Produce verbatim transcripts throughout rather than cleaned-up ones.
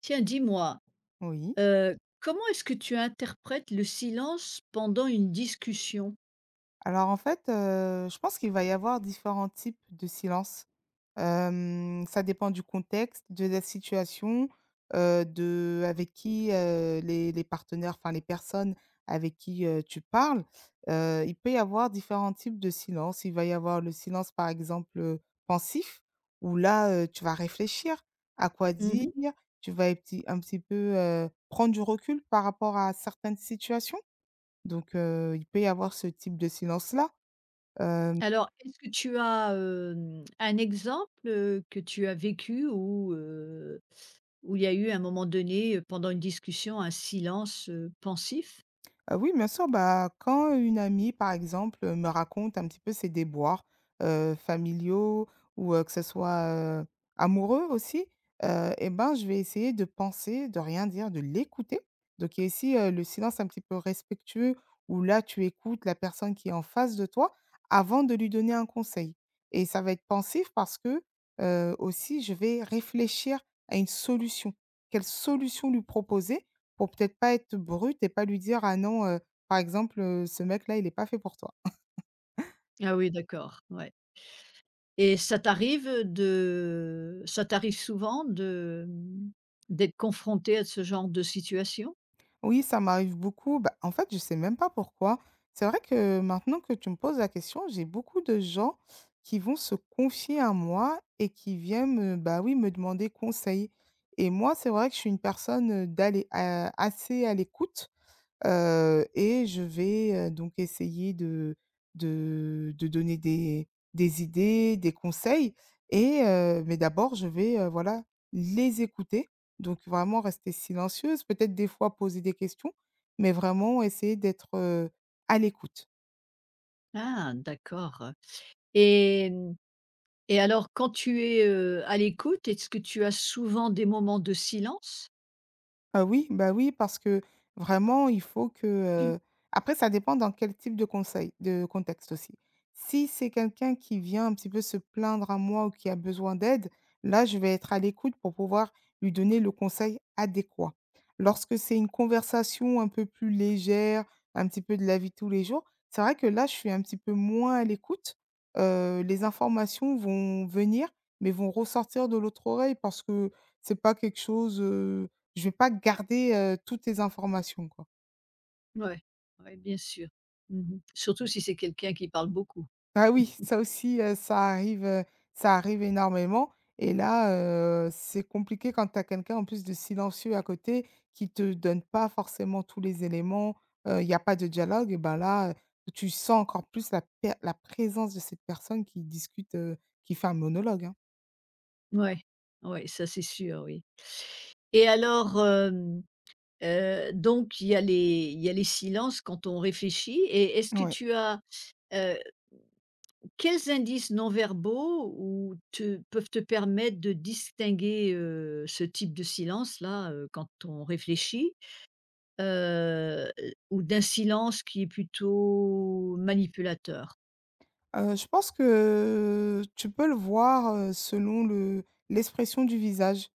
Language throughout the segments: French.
Tiens, dis-moi, Oui. heu, comment est-ce que tu interprètes le silence pendant une discussion? Alors en fait, heu, je pense qu'il va y avoir différents types de silence. Hem, ça dépend du contexte, de la situation, heu, de avec qui, heu, les les partenaires, enfin les personnes avec qui, heu, tu parles. Heu, il peut y avoir différents types de silence. Il va y avoir le silence, par exemple, heu, pensif, où là, heu, tu vas réfléchir à quoi dire, Mmh. tu vas un petit un petit peu, heu, prendre du recul par rapport à certaines situations. Donc, heu, il peut y avoir ce type de silence-là. hem, Alors, est-ce que tu as, hem, un exemple, heu, que tu as vécu où, heu, où il y a eu à un moment donné, heu, pendant une discussion, un silence, heu, pensif? Heu, oui, bien sûr. Bah, quand une amie, par exemple, heu, me raconte un petit peu ses déboires, heu, familiaux, ou, heu, que ce soit, heu, amoureux aussi, heu et ben, je vais essayer de penser, de rien dire, de l'écouter. Donc il y a ici, heu, le silence un petit peu respectueux, où là, tu écoutes la personne qui est en face de toi avant de lui donner un conseil, et ça va être pensif parce que, heu, aussi, je vais réfléchir à une solution. Quelle solution lui proposer pour peut-être pas être brute et pas lui dire: «Ah non, heu, par exemple, heu, ce mec-là, il est pas fait pour toi». Ah oui, d'accord, ouais. Et ça t'arrive de ça t'arrive souvent de, mmh, d'être confronté à ce genre de situation? Oui, ça m'arrive beaucoup. Bah, en fait, je sais même pas pourquoi. C'est vrai que maintenant que tu me poses la question, j'ai beaucoup de gens qui vont se confier à moi et qui viennent me, bah, oui, me demander conseil, et moi, c'est vrai que je suis une personne, heu, d'aller, heu, assez à l'écoute. Heu et je vais, heu, donc essayer de de de donner des des idées, des conseils, et heu, mais d'abord je vais, heu, voilà, les écouter. Donc vraiment rester silencieuse, peut-être des fois poser des questions, mais vraiment essayer d'être, heu, à l'écoute. Ah d'accord, et mmh, et alors quand tu es, heu, à l'écoute, est-ce que tu as souvent des moments de silence? Ah oui, bah oui, parce que vraiment, il faut que heu après ça dépend dans quel type de conseil de contexte aussi. Si c'est quelqu'un qui vient un petit peu se plaindre à moi ou qui a besoin d'aide, là, je vais être à l'écoute pour pouvoir lui donner le conseil adéquat. Lorsque c'est une conversation un peu plus légère, un petit peu de la vie de tous les jours, c'est vrai que là, je suis un petit peu moins à l'écoute. Heu, les informations vont venir, mais vont ressortir de l'autre oreille parce que c'est pas quelque chose, je vais pas garder, heu, toutes tes informations, quoi. Ouais, ouais, bien sûr. Mmh. Surtout si c'est quelqu'un qui parle beaucoup. Bah, oui, ça aussi, heu, ça arrive, heu, ça arrive énormément. Et là, heu, c'est compliqué quand tu as quelqu'un en plus de silencieux à côté qui te donne pas forcément tous les éléments, il y a pas de dialogue, et ben, là, heu, tu sens encore plus la per la présence de cette personne qui discute, heu, qui fait un monologue, hein. Ouais, ouais, ça c'est sûr, oui. Et alors, hem, heu, donc il y a les il y a les silences quand on réfléchit, et est-ce que Ouais. tu as, heu, quels indices non verbaux ou te peuvent te permettre de distinguer, heu, ce type de silence-là, heu, quand on réfléchit, heu, ou d'un silence qui est plutôt manipulateur? Heu, je pense que tu peux le voir, heu, selon le l'expression du visage.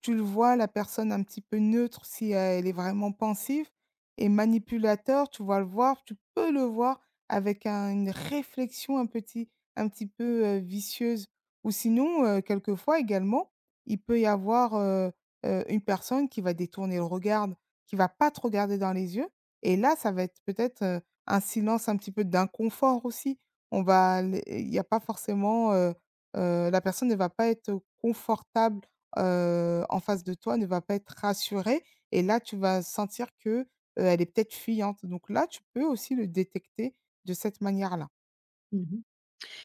Tu le vois, la personne un petit peu neutre, si euh, elle est vraiment pensive, et manipulateur, tu vas le voir, tu peux le voir avec un une réflexion un petit un petit peu, heu, vicieuse. Ou sinon, heu, quelquefois également, il peut y avoir, heu heu, une personne qui va détourner le regard, qui va pas te regarder dans les yeux, et là, ça va être peut-être, heu, un silence un petit peu d'inconfort aussi. On va les Il y a pas forcément, heu heu, la personne ne va pas être confortable, heu, en face de toi, ne va pas être rassurée, et là, tu vas sentir que, heu, elle est peut-être fuyante. Donc là, tu peux aussi le détecter de cette manière-là. Mmh.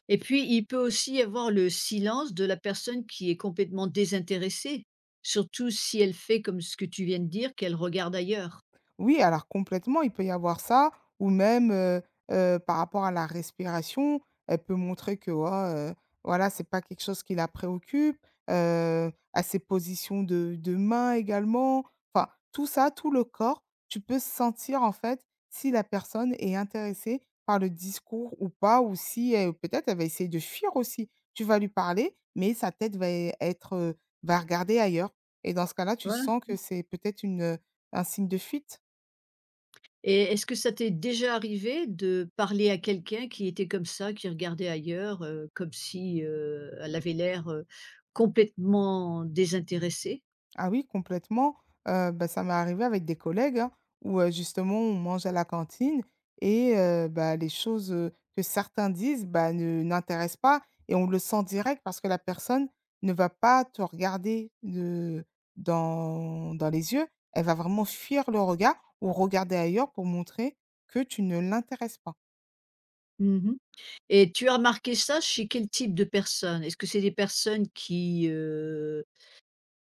Et puis, il peut aussi y avoir le silence de la personne qui est complètement désintéressée, surtout si elle fait comme ce que tu viens de dire, qu'elle regarde ailleurs. Oui, alors complètement, il peut y avoir ça, ou même, heu heu, par rapport à la respiration, elle peut montrer que, oh, heu, voilà, c'est pas quelque chose qui la préoccupe, heu, à ses positions de de mains également. Enfin, tout ça, tout le corps, tu peux sentir en fait si la personne est intéressée par le discours ou pas, ou si elle, peut-être, elle va essayer de fuir aussi. Tu vas lui parler, mais sa tête va é être, heu, va regarder ailleurs, et dans ce cas-là, tu Tu. sens que c'est peut-être une, un signe de fuite. Et est-ce que ça t'est déjà arrivé de parler à quelqu'un qui était comme ça, qui regardait ailleurs, heu, comme si, heu, elle avait l'air, heu, complètement désintéressée? Ah oui, complètement. Heu, bah, ça m'est arrivé avec des collègues, hein, où, heu, justement, on mange à la cantine, et heu, bah, les choses, heu, que certains disent, bah, ne n'intéressent pas, et on le sent direct parce que la personne ne va pas te regarder de dans dans les yeux. Elle va vraiment fuir le regard ou regarder ailleurs pour montrer que tu ne l'intéresses pas. Mmh. Et tu as remarqué ça chez quel type de personnes? Est-ce que c'est des personnes qui, heu,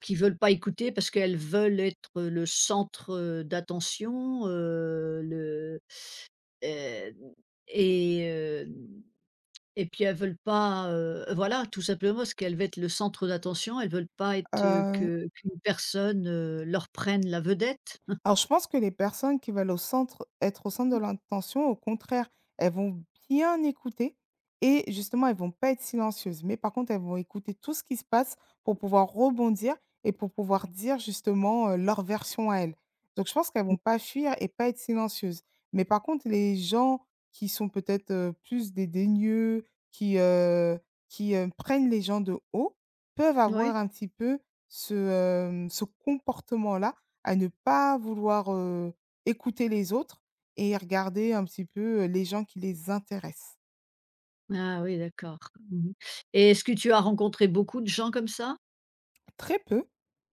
qui veulent pas écouter parce qu'elles veulent être, le centre, heu, d'attention, heu, le, hem, et hem, et puis elles veulent pas, heu, voilà, tout simplement parce qu'elles veulent être le centre d'attention, elles veulent pas être, heu, Heu que qu'une personne, heu, leur prenne la vedette? Alors, je pense que les personnes qui veulent au centre être au centre de Hein? l'attention, au contraire, elles vont bien écouter, et justement, elles vont pas être silencieuses. Mais par contre, elles vont écouter tout ce qui se passe pour pouvoir rebondir et pour pouvoir dire justement, heu, leur version à elles. Donc je pense qu'elles vont pas fuir et pas être silencieuses. Mais par contre, les gens qui sont peut-être, heu, plus dédaigneux, qui, heu, qui, heu, prennent les gens de haut, peuvent Oui? avoir un petit peu ce, hem, ce comportement-là, à ne pas vouloir, heu, écouter les autres et regarder un petit peu, heu, les gens qui les intéressent. Ah oui, d'accord. Mmh, et est-ce que tu as rencontré beaucoup de gens comme ça? Très peu,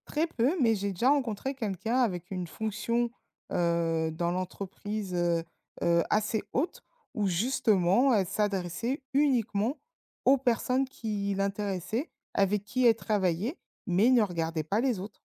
très peu, mais j'ai déjà rencontré quelqu'un avec une fonction, heu, dans l'entreprise, heu heu, assez haute, où justement elle s'adressait uniquement aux personnes qui l'intéressaient, avec qui elle travaillait, mais ne regardait pas les autres.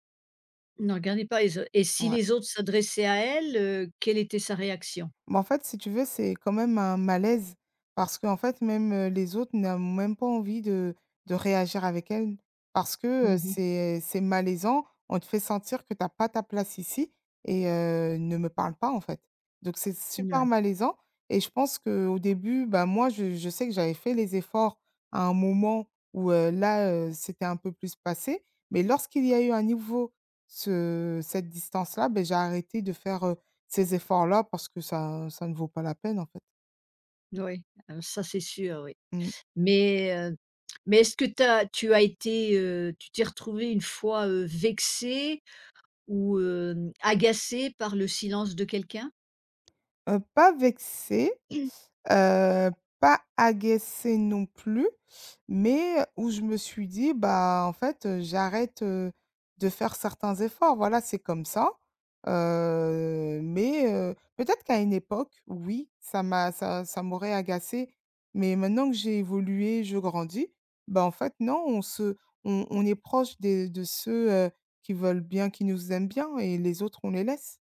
Ne regardez pas les autres, et si Ouais. les autres s'adressaient à elle, heu, quelle était sa réaction? Mais en fait, si tu veux, c'est quand même un malaise, parce qu'en fait, même, heu, les autres n'ont même pas envie de de réagir avec elle, parce que, heu, Mmh. c'est c'est malaisant. On te fait sentir que tu as pas ta place ici, et heu, ne me parle pas, en fait. Donc c'est super Ouais. malaisant, et je pense qu'au début, bah, moi, je je sais que j'avais fait les efforts à un moment, où, heu, là, heu, c'était un peu plus passé. Mais lorsqu'il y a eu à nouveau ce cette distance-là, ben j'ai arrêté de faire ces efforts-là, parce que ça ça ne vaut pas la peine, en fait. Oui, heu, ça c'est sûr, oui. Mmh. Mais, heu, mais est-ce que tu as tu as été, heu, tu t'es retrouvée une fois, heu, vexée ou, hem, agacée par le silence de quelqu'un? Heu, pas vexé Heu, Pas agacée non plus, mais où je me suis dit: «Bah, en fait, heu, j'arrête, heu, de faire certains efforts». Voilà, c'est comme ça, heu, mais heu, peut-être qu'à une époque, oui, ça m'a ça ça m'aurait agacée, mais maintenant que j'ai évolué, je grandis, bah, en fait, non, on se on on est proche des de ceux, heu, qui veulent bien, qui nous aiment bien, et les autres, on les laisse.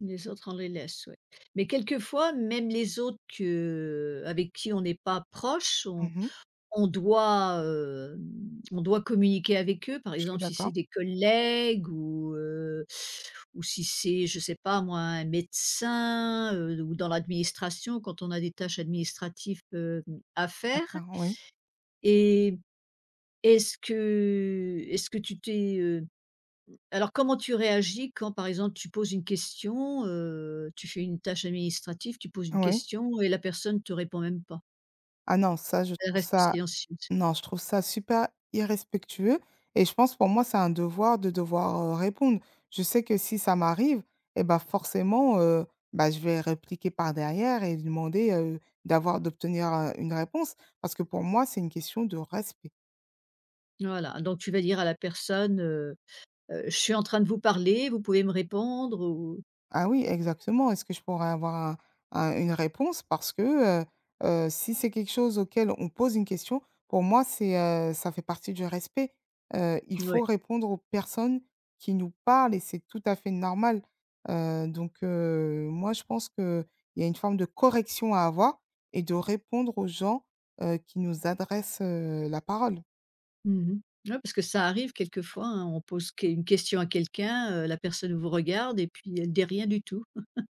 Les autres, on les laisse, ouais. Mais quelquefois, même les autres que avec qui on n'est pas proche, Mmh. on doit, hem, on doit communiquer avec eux, par Je suis exemple, si d'accord. c'est des collègues ou, heu, ou si c'est, je sais pas moi, un médecin, heu, ou dans l'administration quand on a des tâches administratives, hem, à faire, D'accord, oui. et est-ce que est-ce que tu t'es, heu alors comment tu réagis quand, par exemple, tu poses une question, heu, tu fais une tâche administrative, tu poses Ah, une oui. question et la personne te répond même pas? Ah non, ça, je Elle trouve reste ça silencieuse. Non, je trouve ça super irrespectueux, et je pense pour moi, c'est un devoir de devoir, heu, répondre. Je sais que si ça m'arrive, eh ben forcément, heu, bah, je vais répliquer par derrière et demander, heu, d'avoir d'obtenir, heu, une réponse, parce que pour moi, c'est une question de respect. Voilà, donc tu vas dire à la personne, heu, je suis en train de vous parler, vous pouvez me répondre ou Ah oui, exactement. Est-ce que je pourrais avoir un un une réponse? Parce que, heu heu, si c'est quelque chose auquel on pose une question, pour moi, c'est, heu, ça fait partie du respect. Heu, il faut ouais. répondre aux personnes qui nous parlent, et c'est tout à fait normal. Heu, donc heu, moi, je pense qu'il y a une forme de correction à avoir et de répondre aux gens, heu, qui nous adressent, heu, la parole. Mmh. Ouais, parce que ça arrive quelquefois, hein, on pose que une question à quelqu'un, heu, la personne vous regarde et puis elle dit rien du tout.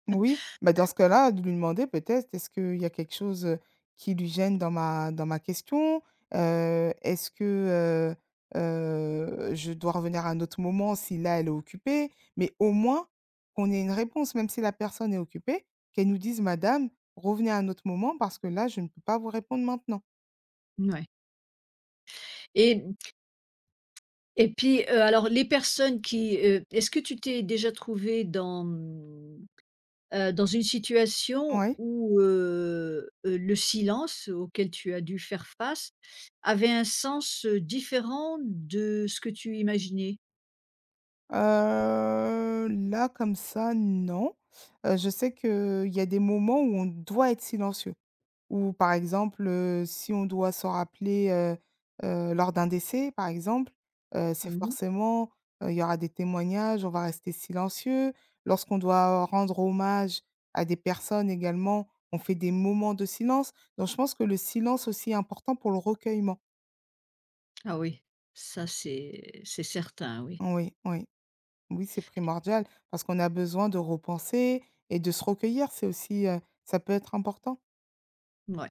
Oui, bah dans ce cas-là, de lui demander peut-être, est-ce qu'il y a quelque chose, heu, qui lui gêne dans ma dans ma question? Heu, est-ce que, heu, heu, je dois revenir à un autre moment si là, elle est occupée? Mais au moins, qu'on ait une réponse, même si la personne est occupée, qu'elle nous dise: «Madame, revenez à un autre moment parce que là, je ne peux pas vous répondre maintenant». Ouais. et et puis, heu, alors les personnes qui, heu est-ce que tu t'es déjà trouvé dans, mmh, euh, dans une situation Oui. où, heu heu, le silence auquel tu as dû faire face avait un sens, heu, différent de ce que tu imaginais? Heu, là, comme ça, non. Heu, je sais qu'il y a des moments où on doit être silencieux. Ou par exemple, heu, si on doit s'en rappeler, heu heu, lors d'un décès, par exemple, heu, c'est Mmh. forcément, heu, il y aura des témoignages, on va rester silencieux. Lorsqu'on doit rendre hommage à des personnes également, on fait des moments de silence. Donc je pense que le silence aussi est important pour le recueillement. Ah oui, ça c'est c'est certain, oui. Oui, oui, oui, c'est primordial parce qu'on a besoin de repenser et de se recueillir. C'est aussi, heu, ça peut être important. Ouais,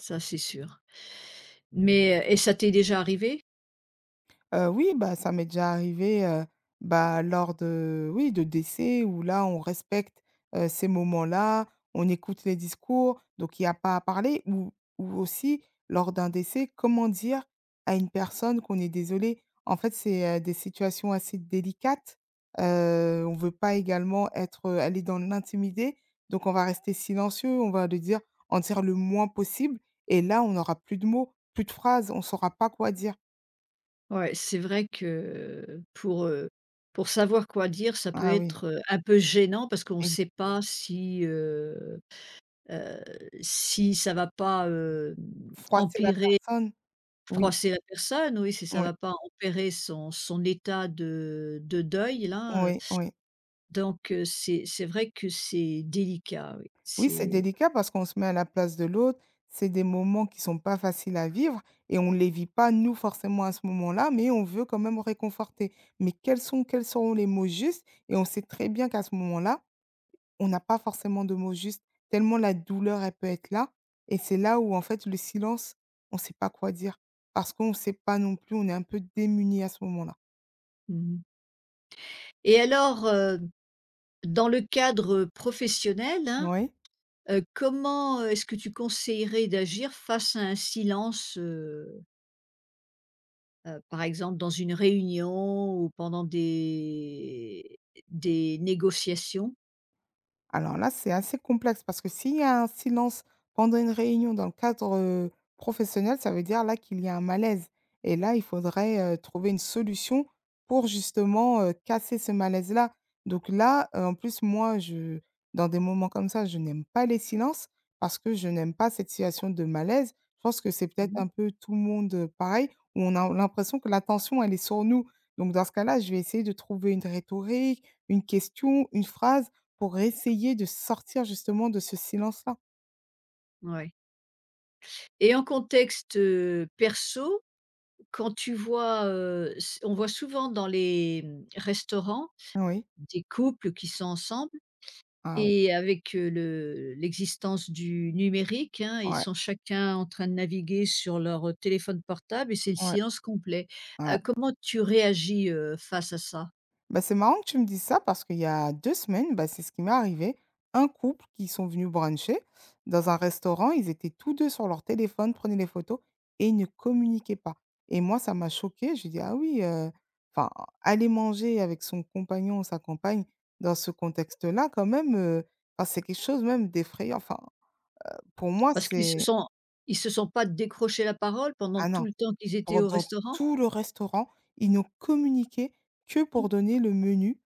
ça c'est sûr. Mais, heu et ça t'est déjà arrivé? Heu, oui, bah, ça m'est déjà arrivé, heu, bah, lors de, oui, de décès où là, on respecte, heu, ces moments-là, on écoute les discours, donc il n'y a pas à parler. ou ou aussi lors d'un décès, comment dire à une personne qu'on est désolé? En fait, c'est, heu, des situations assez délicates, heu, on ne veut pas également être, heu, aller dans l'intimité, donc on va rester silencieux, on va le dire en dire le moins possible, et là, on n'aura plus de mots, plus de phrases, on ne saura pas quoi dire. Ouais, c'est vrai que pour, heu, pour savoir quoi dire, ça peut Ah oui. être, heu, un peu gênant parce qu'on ne sait pas si, heu heu, si ça va pas, hem, Froisser la empirer, personne, oui, froisser la personne, oui, si ça oui, va pas empirer son son état de de deuil là, heu, oui, oui. donc, heu, c'est c'est vrai que c'est délicat, oui, Oui, c'est c'est délicat parce qu'on se met à la place de l'autre. C'est des moments qui sont pas faciles à vivre, et on les vit pas, nous, forcément, à ce moment-là, mais on veut quand même réconforter. Mais quels sont quels seront les mots justes? Et on sait très bien qu'à ce moment-là, on n'a pas forcément de mots justes, tellement la douleur, elle peut être là, et c'est là où, en fait, le silence, on sait pas quoi dire parce qu'on sait pas non plus, on est un peu démuni à ce moment-là. mmh et alors, dans le cadre professionnel, hein, Oui. heu, comment, heu, est-ce que tu conseillerais d'agir face à un silence, heu heu, par exemple dans une réunion ou pendant des des négociations? Alors là, c'est assez complexe parce que s'il y a un silence pendant une réunion dans le cadre, heu, professionnel, ça veut dire là qu'il y a un malaise, et là, il faudrait, heu, trouver une solution pour justement, heu, casser ce malaise-là. Donc là, heu, en plus, moi, je dans des moments comme ça, je n'aime pas les silences parce que je n'aime pas cette situation de malaise. Je pense que c'est peut-être un Mmh, peu tout le monde, heu, pareil, où on a l'impression que l'attention, elle est sur nous. Donc dans ce cas-là, je vais essayer de trouver une rhétorique, une question, une phrase pour essayer de sortir justement de ce silence-là. ouais, et en contexte, heu, perso, quand tu vois, heu, s on voit souvent dans les, mmh, restaurants Ah oui? des couples qui sont ensemble, Ah oui, et avec, heu, le l'existence du numérique, hein, ils ouais, sont chacun en train de naviguer sur leur, heu, téléphone portable et c'est le ouais, silence complet. Heu, ouais. comment tu réagis, heu, face à ça? Bah, c'est marrant que tu me dises ça parce qu'il y a deux semaines, bah, c'est ce qui m'est arrivé. Un couple qui sont venus bruncher dans un restaurant, ils étaient tous deux sur leur téléphone, prenaient des photos, et ils ne communiquaient pas, et moi, ça m'a choquée, j'ai dit: «Ah oui, heu, enfin, aller manger avec son compagnon ou sa compagne dans ce contexte-là quand même, heu, enfin, c'est quelque chose même d'effrayant». Enfin, pour moi, Parce qu'ils se c'est, sont ils se sont pas décrochés la parole pendant ah non. tout le temps qu'ils étaient au Pendant restaurant? tout le restaurant, ils ne communiquaient que pour donner le menu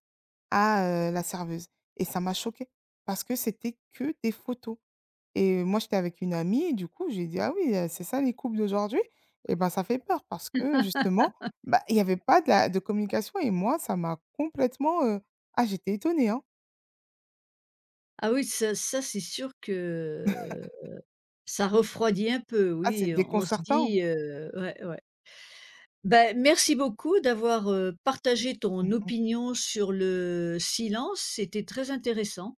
à, heu, la serveuse, et ça m'a choquée parce que c'était que des photos, et moi, j'étais avec une amie, et du coup, j'ai dit: «Ah oui, heu, c'est ça les couples d'aujourd'hui?» Et ben, ça fait peur parce que justement, bah, il y avait pas de la de communication, et moi, ça m'a complètement, heu ah, j'étais étonnée, hein. Ah oui, ça ça, c'est sûr que ça refroidit un peu, Ah, c'est oui, on se déconcertant. dit, heu, ouais, ouais. Bah, merci beaucoup d'avoir, heu, partagé ton Mmh. opinion sur le silence, c'était très intéressant.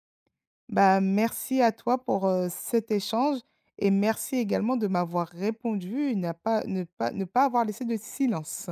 Bah, merci à toi pour, heu, cet échange, et merci également de m'avoir répondu et n'a pas ne pas ne pas avoir laissé de silence.